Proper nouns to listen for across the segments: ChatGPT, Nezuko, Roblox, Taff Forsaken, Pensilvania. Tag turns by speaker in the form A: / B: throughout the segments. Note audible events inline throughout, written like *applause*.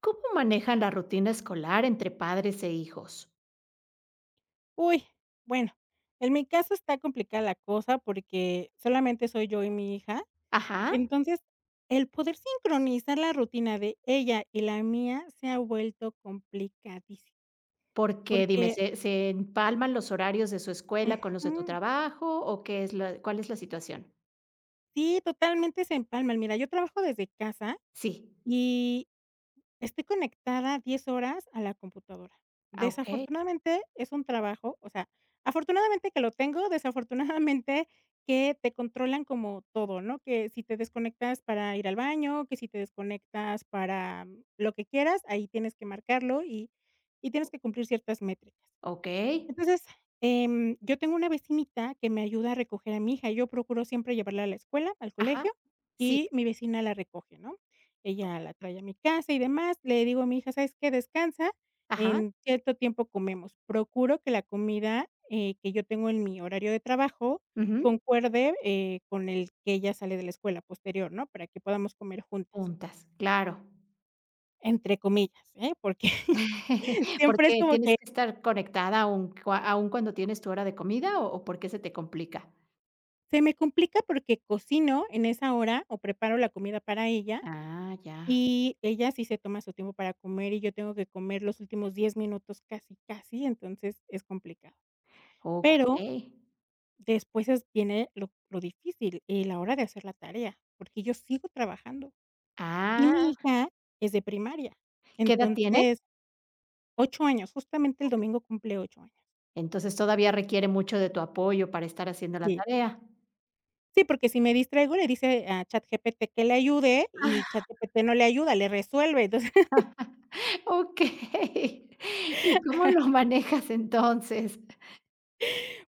A: ¿Cómo manejan la rutina escolar entre padres e hijos?
B: Uy, bueno, en mi caso está complicada la cosa porque solamente soy yo y mi hija.
A: Ajá,
B: Entonces, el poder sincronizar la rutina de ella y la mía se ha vuelto complicadísimo,
A: porque dime,
B: porque
A: ¿se empalman los horarios de su escuela con los de tu
B: ujú,
A: trabajo o qué es la cuál es la situación?
B: sí, totalmente se empalman. Mira, yo trabajo desde casa
A: Sí.
B: y estoy conectada 10 horas a la computadora.
A: Ah, okey,
B: Desafortunadamente, es un trabajo, o sea, afortunadamente que lo tengo, desafortunadamente *laughs* que te controlan como todo, ¿no? Que si te desconectas para ir al baño, que si te desconectas para lo que quieras, ahí tienes que marcarlo y tienes que cumplir ciertas métricas.
A: okey.
B: Entonces, yo tengo una vecinita que me ayuda a recoger a mi hija. Yo procuro siempre llevarla a la escuela, al
A: Ajá.
B: colegio,
A: Sí,
B: y mi vecina la recoge, ¿no? Ella la trae a mi casa y demás. Le digo a mi hija: ¿sabes qué? Descansa,
A: ajá.
B: en cierto tiempo comemos. Procuro que la comida que yo tengo en mi horario de trabajo
A: Ujú.
B: concuerde con el que ella sale de la escuela posterior, ¿no? Para que podamos comer juntas,
A: Juntas, claro.
B: entre comillas, ¿eh? Porque *laughs*
A: *laughs*
B: siempre es
A: ¿Porque
B: como
A: tienes
B: que
A: que estar conectada aún, cua aun cuando tienes tu hora de comida o por qué se te complica?
B: se me complica porque cocino en esa hora o preparo la comida para ella
A: Ah, ya.
B: y ella sí se toma su tiempo para comer y yo tengo que comer los últimos 10 minutos, casi, casi, entonces es complicado. Pero
A: Okey.
B: después viene lo difícil, la hora de hacer la tarea, porque yo sigo trabajando y mi
A: Ah,
B: hija es de primaria,
A: ¿qué edad tiene?
B: entonces 8 años, justamente el domingo cumple 8 años.
A: Entonces, todavía requiere mucho de tu apoyo para estar haciendo la
B: Sí.
A: tarea.
B: Sí, porque si me distraigo le dice a ChatGPT que le ayude y
A: *laughs*
B: ChatGPT no le ayuda, le resuelve. *laughs* Entonces
A: Okey. *laughs* ¿Y cómo lo manejas entonces?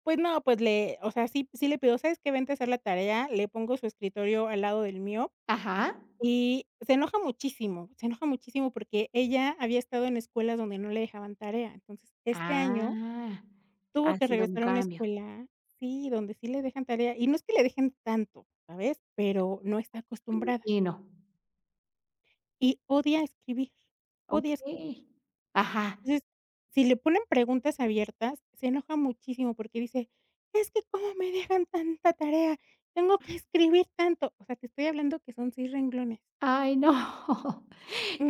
B: pues no, pues le, o sea, sí le pido: "¿Sabes qué? Vente a hacer la tarea". Le pongo su escritorio al lado del mío
A: Ajá.
B: y se enoja muchísimo porque ella había estado en escuelas donde no le dejaban tarea. Entonces, este año
A: Ah,
B: tuvo
A: ha
B: que
A: sido un
B: regresar a una
A: cambio,
B: escuela, sí, donde sí le dejan tarea, y no es que le dejen tanto, ¿sabes? Pero no está
A: me
B: acostumbrada
A: imagino.
B: y odia escribir, odia escribir.
A: Okey. Ajá.
B: Entonces, si le ponen preguntas abiertas, se enoja muchísimo porque dice: "Es que, ¿cómo me dejan tanta tarea? Tengo que escribir tanto". O sea, te estoy hablando que son 6 renglones.
A: Ay, no. *laughs*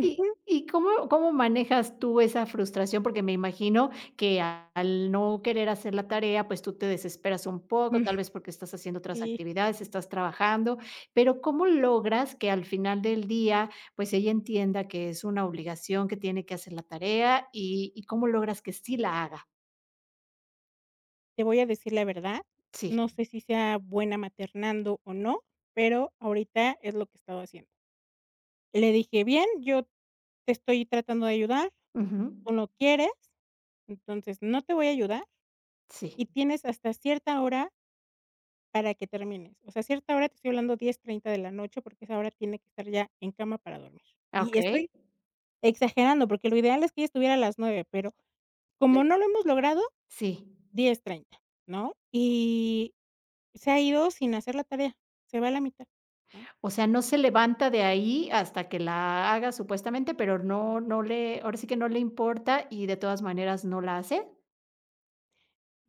A: ¿Y y cómo manejas tú esa frustración? Porque me imagino que al no querer hacer la tarea, pues tú te desesperas un poco,
B: Mm,
A: tal vez porque estás haciendo otras
B: sí,
A: actividades, estás trabajando, pero ¿cómo logras que al final del día, pues ella entienda que es una obligación, que tiene que hacer la tarea y cómo logras que sí la haga?
B: te voy a decir la verdad,
A: Sí.
B: no sé si sea buena maternando o no, pero ahorita es lo que he estado haciendo. Le dije: "Bien, yo te estoy tratando de ayudar,
A: Ujú.
B: tú no quieres, entonces no te voy a ayudar
A: Sí.
B: y tienes hasta cierta hora para que termines. O sea, a cierta hora, te estoy hablando 10:30 de la noche, porque a esa hora tiene que estar ya en cama para dormir.
A: Ah,
B: Y
A: okey.
B: estoy exagerando, porque lo ideal es que ella estuviera a las 9, pero como no lo hemos logrado,
A: Sí.
B: 10:30, ¿no? Y se ha ido sin hacer la tarea, se va a la mitad, ¿no?
A: O sea, no se levanta de ahí hasta que la haga supuestamente, pero no le ahora sí que no le importa y de todas maneras no la hace.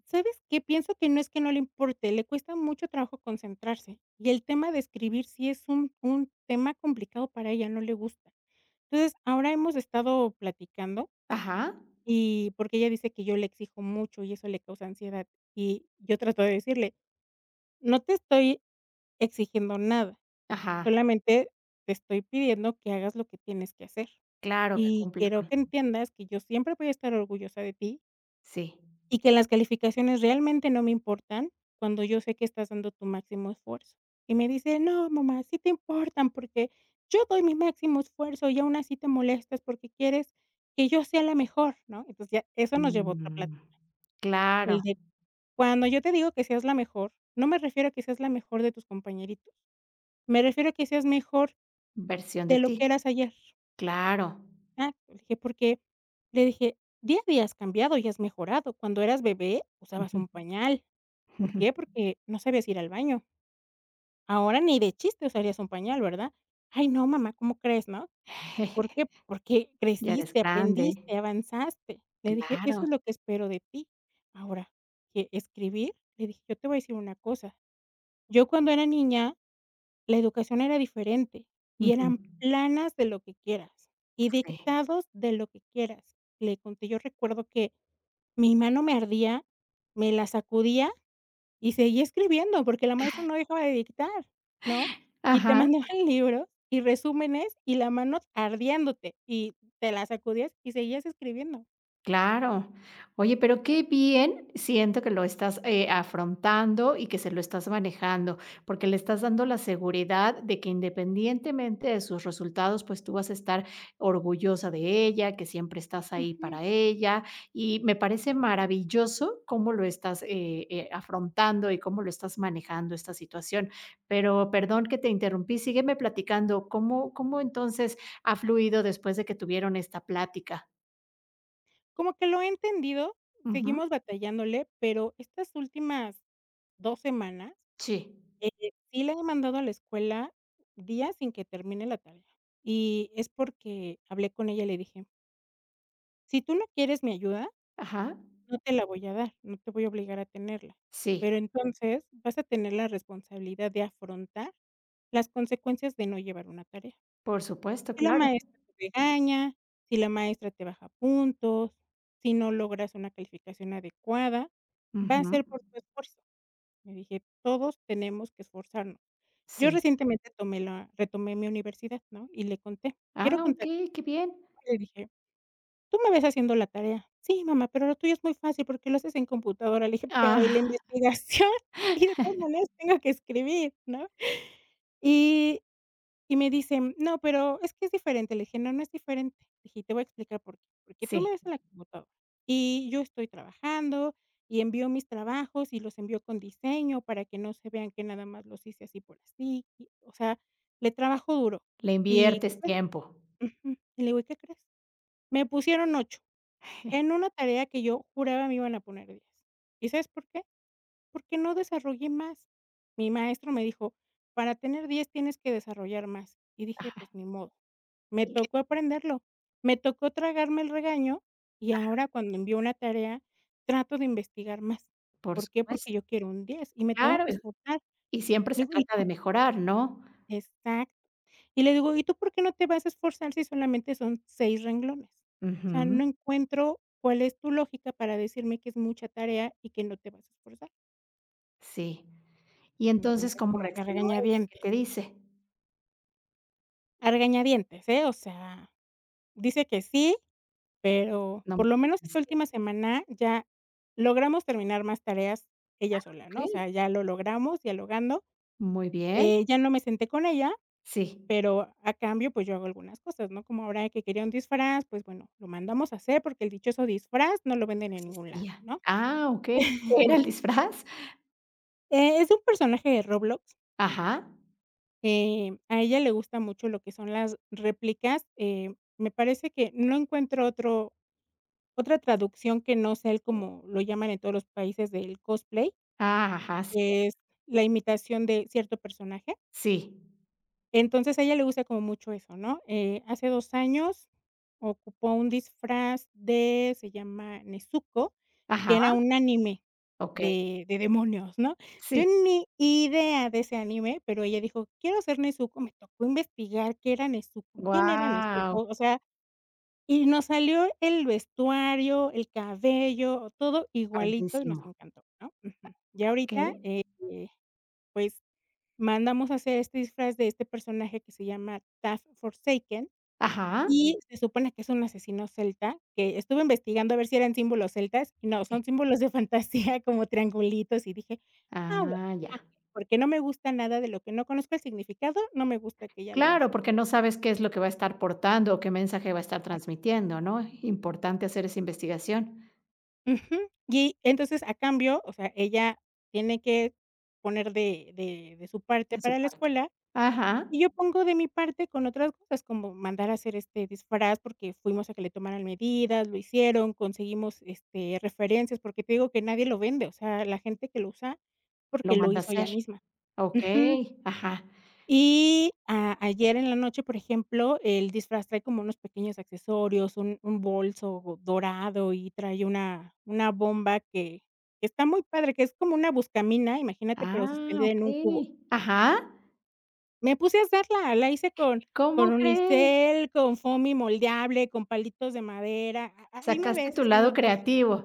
B: ¿Sabes qué? Pienso que no es que no le importe, le cuesta mucho trabajo concentrarse, y el tema de escribir sí es un tema complicado para ella, no le gusta. Entonces, ahora hemos estado platicando
A: Ajá,
B: y porque ella dice que yo le exijo mucho y eso le causa ansiedad. Y yo trato de decirle: "No te estoy exigiendo nada,
A: ajá,
B: solamente te estoy pidiendo que hagas lo que tienes que hacer.
A: claro que
B: Y
A: cumpla
B: quiero
A: con
B: que entiendas que yo siempre voy a estar orgullosa de ti
A: sí.
B: y que las calificaciones realmente no me importan cuando yo sé que estás dando tu máximo esfuerzo". Y me dice: "No, mamá, sí te importan porque yo doy mi máximo esfuerzo y aún así te molestas porque quieres que yo sea la mejor", ¿no? Entonces ya eso nos llevó a otra
A: Mm,
B: plática.
A: claro,
B: El de cuando yo te digo que seas la mejor, no me refiero a que seas la mejor de tus compañeritos, me refiero a que seas mejor
A: versión de
B: de lo
A: ti,
B: que eras ayer.
A: claro.
B: Ah, le dije, porque le dije: "Día a día has cambiado y has mejorado. Cuando eras bebé usabas
A: Ujú,
B: un pañal. ¿Por
A: ujú.
B: qué? Porque no sabías ir al baño. Ahora ni de chiste usarías un pañal, ¿verdad?". "Ay, no, mamá, ¿cómo crees?", ¿no? "¿Por qué?".
A: *laughs*
B: "Porque
A: Ya eres
B: creciste,
A: grande,
B: aprendiste, avanzaste". Le dije: "Eso
A: claro.
B: es lo que espero de ti". Ahora, que escribir, le dije: "Yo te voy a decir una cosa. Yo cuando era niña, la educación era diferente y
A: Ujú,
B: eran planas de lo que quieras y
A: sí.
B: dictados de lo que quieras". Le conté, yo recuerdo que mi mano me ardía, me la sacudía y seguía escribiendo porque la maestra no dejaba de dictar, ¿no? Y te
A: Ajá.
B: mandaban *laughs* libros y resúmenes y la mano ardiéndote y te la sacudías y seguías escribiendo.
A: Claro. Oye, pero qué bien siento que lo estás, afrontando y que se lo estás manejando, porque le estás dando la seguridad de que independientemente de sus resultados, pues tú vas a estar orgullosa de ella, que siempre estás ahí
B: Ujú.
A: para ella, y me parece maravilloso cómo lo estás, afrontando y cómo lo estás manejando esta situación. Pero perdón que te interrumpí, sígueme platicando, ¿cómo entonces ha fluido después de que tuvieron esta plática?
B: Como que lo he entendido,
A: Ujú.
B: seguimos batallándole, pero estas últimas 2 semanas,
A: Sí,
B: eh, sí la he mandado a la escuela días sin que termine la tarea, y es porque hablé con ella y le dije: "Si tú no quieres mi ayuda,
A: ajá,
B: no te la voy a dar, no te voy a obligar a tenerla,
A: sí,
B: pero entonces vas a tener la responsabilidad de afrontar las consecuencias de no llevar una tarea.
A: por supuesto,
B: Si la
A: claro.
B: maestra te regaña, si la maestra te baja puntos, si no logras una calificación adecuada, va a
A: Ujú,
B: ser por tu esfuerzo". Me dije: "Todos tenemos que esforzarnos". Yo
A: sí.
B: recientemente tomé la, retomé mi universidad, ¿no? Y le conté. Quiero
A: Ah,
B: contarte
A: okey, qué bien.
B: que le dije: "Tú me ves haciendo la tarea". "Sí, mamá, pero lo tuyo es muy fácil porque lo haces en computadora". Le dije: "Pero, ¿y
A: Ah,
B: la investigación? *laughs* Y de todas maneras tengo que escribir", ¿no? Y y me dicen: "No, pero es que es diferente". Le dije: "No, no es diferente". Le dije: te voy a explicar por qué. Porque tú
A: sí,
B: me ves en la computadora y yo estoy trabajando y envío mis trabajos y los envío con diseño para que no se vean que nada más los hice así por así, y, o sea, le trabajo duro".
A: le
B: ¿Y qué
A: inviertes
B: crees?
A: tiempo.
B: Ujú. Y le digo: "¿Y qué crees? Me pusieron 8 en
A: *laughs*
B: una tarea que yo juraba me iban a poner 10. ¿Y sabes por qué? Porque no desarrollé más. Mi maestro me dijo: 'Para tener 10 tienes que desarrollar más'". Y dije:
A: Ajá,
B: "Pues ni modo". Me
A: y que
B: tocó aprenderlo. Me tocó tragarme el regaño, y ahora cuando envío una tarea, trato de investigar más.
A: por
B: ¿Por qué? Porque
A: supuesto,
B: yo quiero un 10 y me tengo
A: claro,
B: que esforzar.
A: y siempre
B: Le
A: se
B: digo: "¿Y
A: trata de
B: tú?".
A: mejorar, ¿no?
B: Exacto. Y le digo: "¿Y tú por qué no te vas a esforzar si solamente son 6 renglones? O sea,
A: Ujú,
B: no encuentro cuál es tu lógica para decirme que es mucha tarea y que no te vas a esforzar".
A: sí. Y entonces,
B: Entonces,
A: ¿cómo
B: como que
A: reaccionó ella? ¿Qué te dice?
B: a regañadientes, ¿eh? O sea, dice que sí, pero
A: No me
B: por lo menos esta
A: convencía,
B: última semana ya logramos terminar más tareas ella sola,
A: ¿ok?
B: ¿no? O sea, ya lo logramos dialogando,
A: Muy bien.
B: ya no me senté con ella,
A: Sí,
B: pero a cambio, pues, yo hago algunas cosas, ¿no? Como ahora que quería un disfraz, pues, bueno, lo mandamos a hacer porque el dichoso disfraz no lo
A: no
B: venden en ningún lado,
A: existía.
B: ¿no?
A: Ah, okey, ¿era el
B: *laughs*
A: disfraz?
B: Es un personaje de Roblox.
A: Ajá.
B: A ella le gusta mucho lo que son las réplicas, me parece que no encuentro otro otra traducción que no sea el como lo llaman en todos los países del cosplay,
A: Ah, ajá, sí,
B: que es la imitación de cierto personaje.
A: sí.
B: Entonces, a ella le gusta como mucho eso, ¿no? Hace 2 años ocupó un disfraz de, se llama Nezuko,
A: Ajá,
B: que era un anime
A: okey,
B: de demonios, ¿no?
A: sí.
B: Yo ni idea de ese anime, pero ella dijo: "Quiero ser Nezuko", me tocó investigar qué era Nezuko, quién era
A: Guau,
B: Nezuko, o sea, y nos salió el vestuario, el cabello, todo igualito y nos
A: padrísimo.
B: encantó, ¿no? Ujú. Ya
A: Okey.
B: ahorita, pues mandamos a hacer este disfraz de este personaje que se llama Taff Forsaken,
A: Ajá,
B: y se supone que es un asesino celta, que estuve investigando a ver si eran símbolos celtas, y no,
A: sí.
B: son símbolos de *laughs* fantasía como triangulitos, y dije: "Ah, bueno,
A: Ah, ya.
B: okey", porque no me gusta nada de lo que no conozco el significado, no me gusta que ella lo
A: Claro,
B: use.
A: porque no sabes qué es lo que va a estar portando o qué mensaje va a estar transmitiendo, ¿no? Importante hacer esa investigación
B: Ujú. Y entonces, a cambio, o sea, ella tiene que poner de su parte
A: en su
B: para la
A: parte.
B: escuela.
A: Ajá,
B: Y yo pongo de mi parte con otras cosas, como mandar a hacer este disfraz, porque fuimos a que le tomaran medidas, lo hicieron, conseguimos, este, referencias, porque te digo que nadie lo vende, o sea, la gente que lo usa,
A: lo
B: porque lo
A: manda a
B: hizo ella
A: hacer.
B: misma. Ujú.
A: Okey, ajá.
B: Y a ayer en la noche, por ejemplo, el disfraz trae como unos pequeños accesorios, un bolso dorado y trae una bomba que está muy padre, que es como una buscamina, imagínate, pero
A: Ah,
B: suspendida en un cubo.
A: okey. Ajá,
B: Me puse a hacerla, la hice con
A: ¿cómo crees?
B: unicel, con foamy moldeable, con palitos de madera, a ahí me
A: Sacaste
B: ves
A: tu lado
B: haciendo ta *laughs*
A: creativo,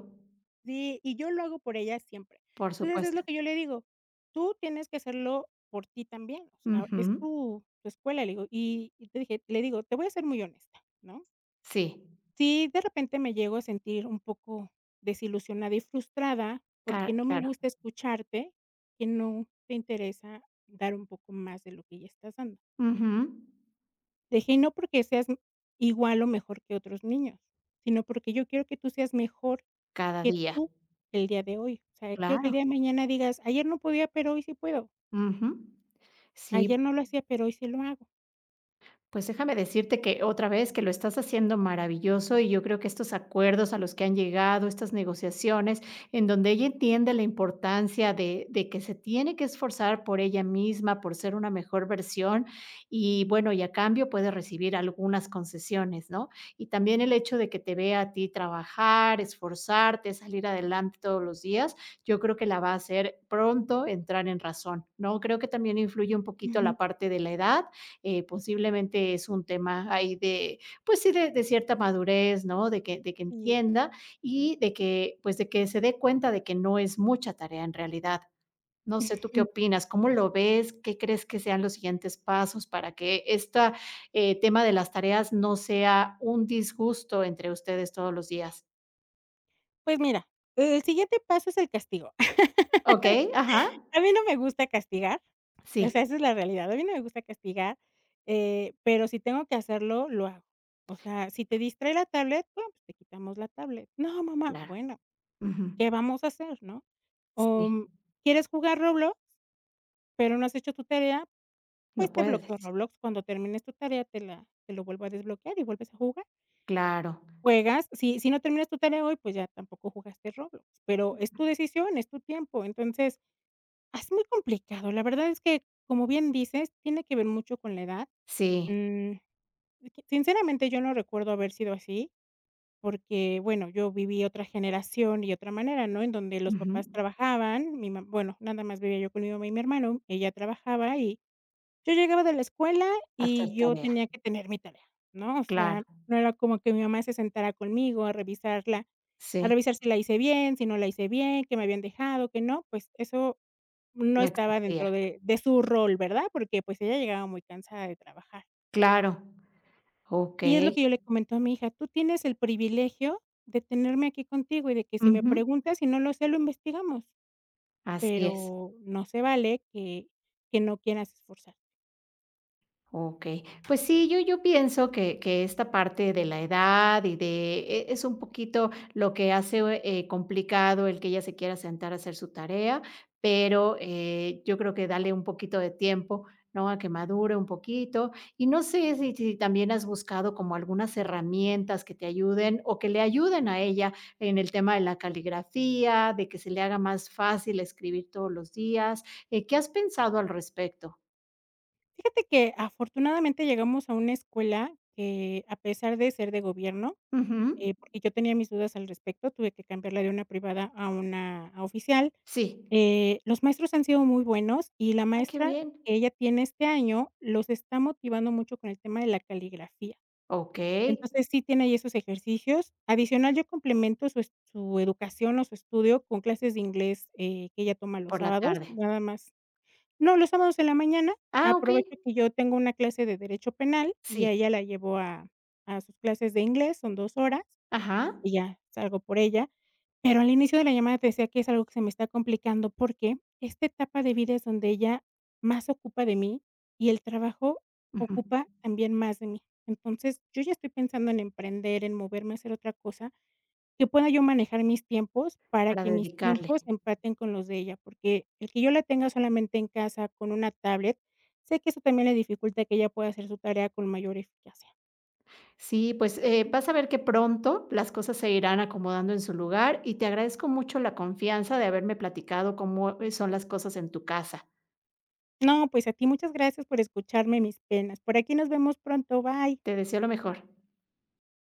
B: sí, y yo lo hago por ella siempre.
A: por
B: Entonces, es lo
A: supuesto.
B: que yo le digo: "Tú tienes que hacerlo por ti también, o sea, es
A: Ujú,
B: tu escuela", le digo, y te dije le digo: "Te voy a ser muy honesta", ¿no?
A: sí,
B: Si de repente me llego a sentir un poco desilusionada y frustrada,
A: ca
B: porque no me
A: claro.
B: gusta escucharte que no te interesa dar un poco más de lo que ya estás dando.
A: Ujú,
B: Dije: "Y no porque seas igual o mejor que otros niños, sino porque yo quiero que tú seas mejor
A: cada
B: que
A: día,
B: tú el día de hoy". O sea, quiero que
A: claro.
B: el día de mañana digas: "Ayer no podía, pero hoy sí puedo.
A: Ujú. Sí,
B: Ayer no lo hacía, pero hoy sí lo hago".
A: pues déjame decirte que otra vez que lo estás haciendo maravilloso y yo creo que estos acuerdos a los que han llegado, estas negociaciones, en donde ella entiende la importancia de que se tiene que esforzar por ella misma, por ser una mejor versión y bueno, y a cambio puede recibir algunas concesiones, ¿no? Y también el hecho de que te vea a ti trabajar, esforzarte, salir adelante todos los días, yo creo que la va a hacer pronto entrar en razón, ¿no? Creo que también influye un poquito la
B: Ujú.
A: parte de la edad posiblemente es un tema ahí de, pues sí, de cierta madurez, ¿no? De que
B: Sí.
A: entienda y de que, pues de que se dé cuenta de que no es mucha tarea en realidad. No sé, ¿tú
B: *laughs*
A: qué
B: Ujú.
A: opinas? ¿Cómo lo ves? ¿Qué crees que sean los siguientes pasos para que este tema de las tareas no sea un disgusto entre ustedes todos los días?
B: Pues mira, el siguiente paso es el castigo. *laughs*
A: Ok, ajá.
B: A mí no me gusta castigar, o
A: Sí,
B: sea, esa es la realidad. A mí no me gusta castigar, pero si tengo que hacerlo, lo hago. O sea, si te distrae la tablet, bueno, pues te quitamos la tablet. "No, mamá".
A: claro.
B: Bueno.
A: Ujú.
B: ¿Qué vamos a hacer?, ¿no?
A: Sí,
B: O, ¿quieres jugar Roblox, pero no has hecho tu tarea?
A: no
B: Pues te bloqueo
A: puedes.
B: Roblox, cuando termines tu tarea te lo vuelvo a desbloquear y vuelves a jugar.
A: Claro.
B: Juegas, si no terminas tu tarea hoy, pues ya tampoco jugaste Roblox, pero es
A: Ujú.
B: tu decisión, es tu tiempo. Entonces, es muy complicado. La verdad es que, como bien dices, tiene que ver mucho con la edad.
A: Sí.
B: Mm, Sinceramente, yo no recuerdo haber sido así. Porque, bueno, yo viví otra generación y otra manera, ¿no? En donde los papás
A: Ujú.
B: trabajaban, mi mam bueno, nada más vivía yo con mi mamá y mi hermano, ella trabajaba y yo llegaba de la escuela
A: Hacer
B: y yo
A: tarea.
B: tenía que tener mi tarea, ¿no? O
A: Claro.
B: sea, no era como que mi mamá se sentara conmigo a revisarla, a
A: Sí,
B: revisar si la hice bien, si no la hice bien, que me habían dejado, que no, pues eso no
A: no
B: estaba
A: existía.
B: dentro de su rol, ¿verdad? Porque, pues, ella llegaba muy cansada de trabajar.
A: Claro,
B: Y
A: okey.
B: es lo que yo le comento a mi hija: "Tú tienes el privilegio de tenerme aquí contigo y de que si me
A: Ujú,
B: preguntas y no lo sé, lo investigamos,
A: así es.
B: pero no se vale que no quieras esforzarte".
A: Okey. Pues sí, yo pienso que esta parte de la edad y de e es un poquito lo que hace, complicado el que ella se quiera sentar a hacer su tarea, pero, yo creo que dale un poquito de tiempo, ¿no?, a que madure un poquito. Y no sé si también has buscado como algunas herramientas que te ayuden o que le ayuden a ella en el tema de la caligrafía, de que se le haga más fácil escribir todos los días, ¿qué has pensado al respecto?
B: Fíjate que afortunadamente llegamos a una escuela que, a pesar de ser de gobierno,
A: Ujú.
B: porque yo tenía mis dudas al respecto, tuve que cambiarla de una privada a una a oficial,
A: Sí.
B: los maestros han sido muy buenos y la
A: Ah, qué
B: maestra
A: bien.
B: que ella tiene este año los está motivando mucho con el tema de la caligrafía.
A: Okey,
B: Entonces, sí tiene ahí esos ejercicios. Adicional, yo complemento su es su educación o su estudio con clases de inglés, que ella toma los
A: por la
B: sábados,
A: tarde.
B: nada más. No, los sábados en la mañana,
A: Ah, okey.
B: aprovecho que yo tengo una clase de derecho penal y
A: Sí.
B: a ella la llevo a sus clases de inglés, son 2 horas
A: Ajá.
B: y ya salgo por ella. Pero al inicio de la llamada te decía que es algo que se me está complicando, porque esta etapa de vida es donde ella más se ocupa de mí y el trabajo
A: Ujú.
B: ocupa también más de mí. Entonces, yo ya estoy pensando en emprender, en moverme a hacer otra cosa, que pueda yo manejar mis tiempos para
A: Para
B: que mis
A: dedicarle.
B: tiempos empaten con los de ella, porque el que yo la tenga solamente en casa con una tablet, sé que eso también le dificulta que ella pueda hacer su tarea con mayor eficacia.
A: Sí, pues, vas a ver que pronto las cosas se irán acomodando en su lugar y te agradezco mucho la confianza de haberme platicado cómo, son las cosas en tu casa.
B: No, pues a ti muchas gracias por escucharme mis penas. Por aquí nos vemos pronto, bye.
A: Te deseo lo mejor.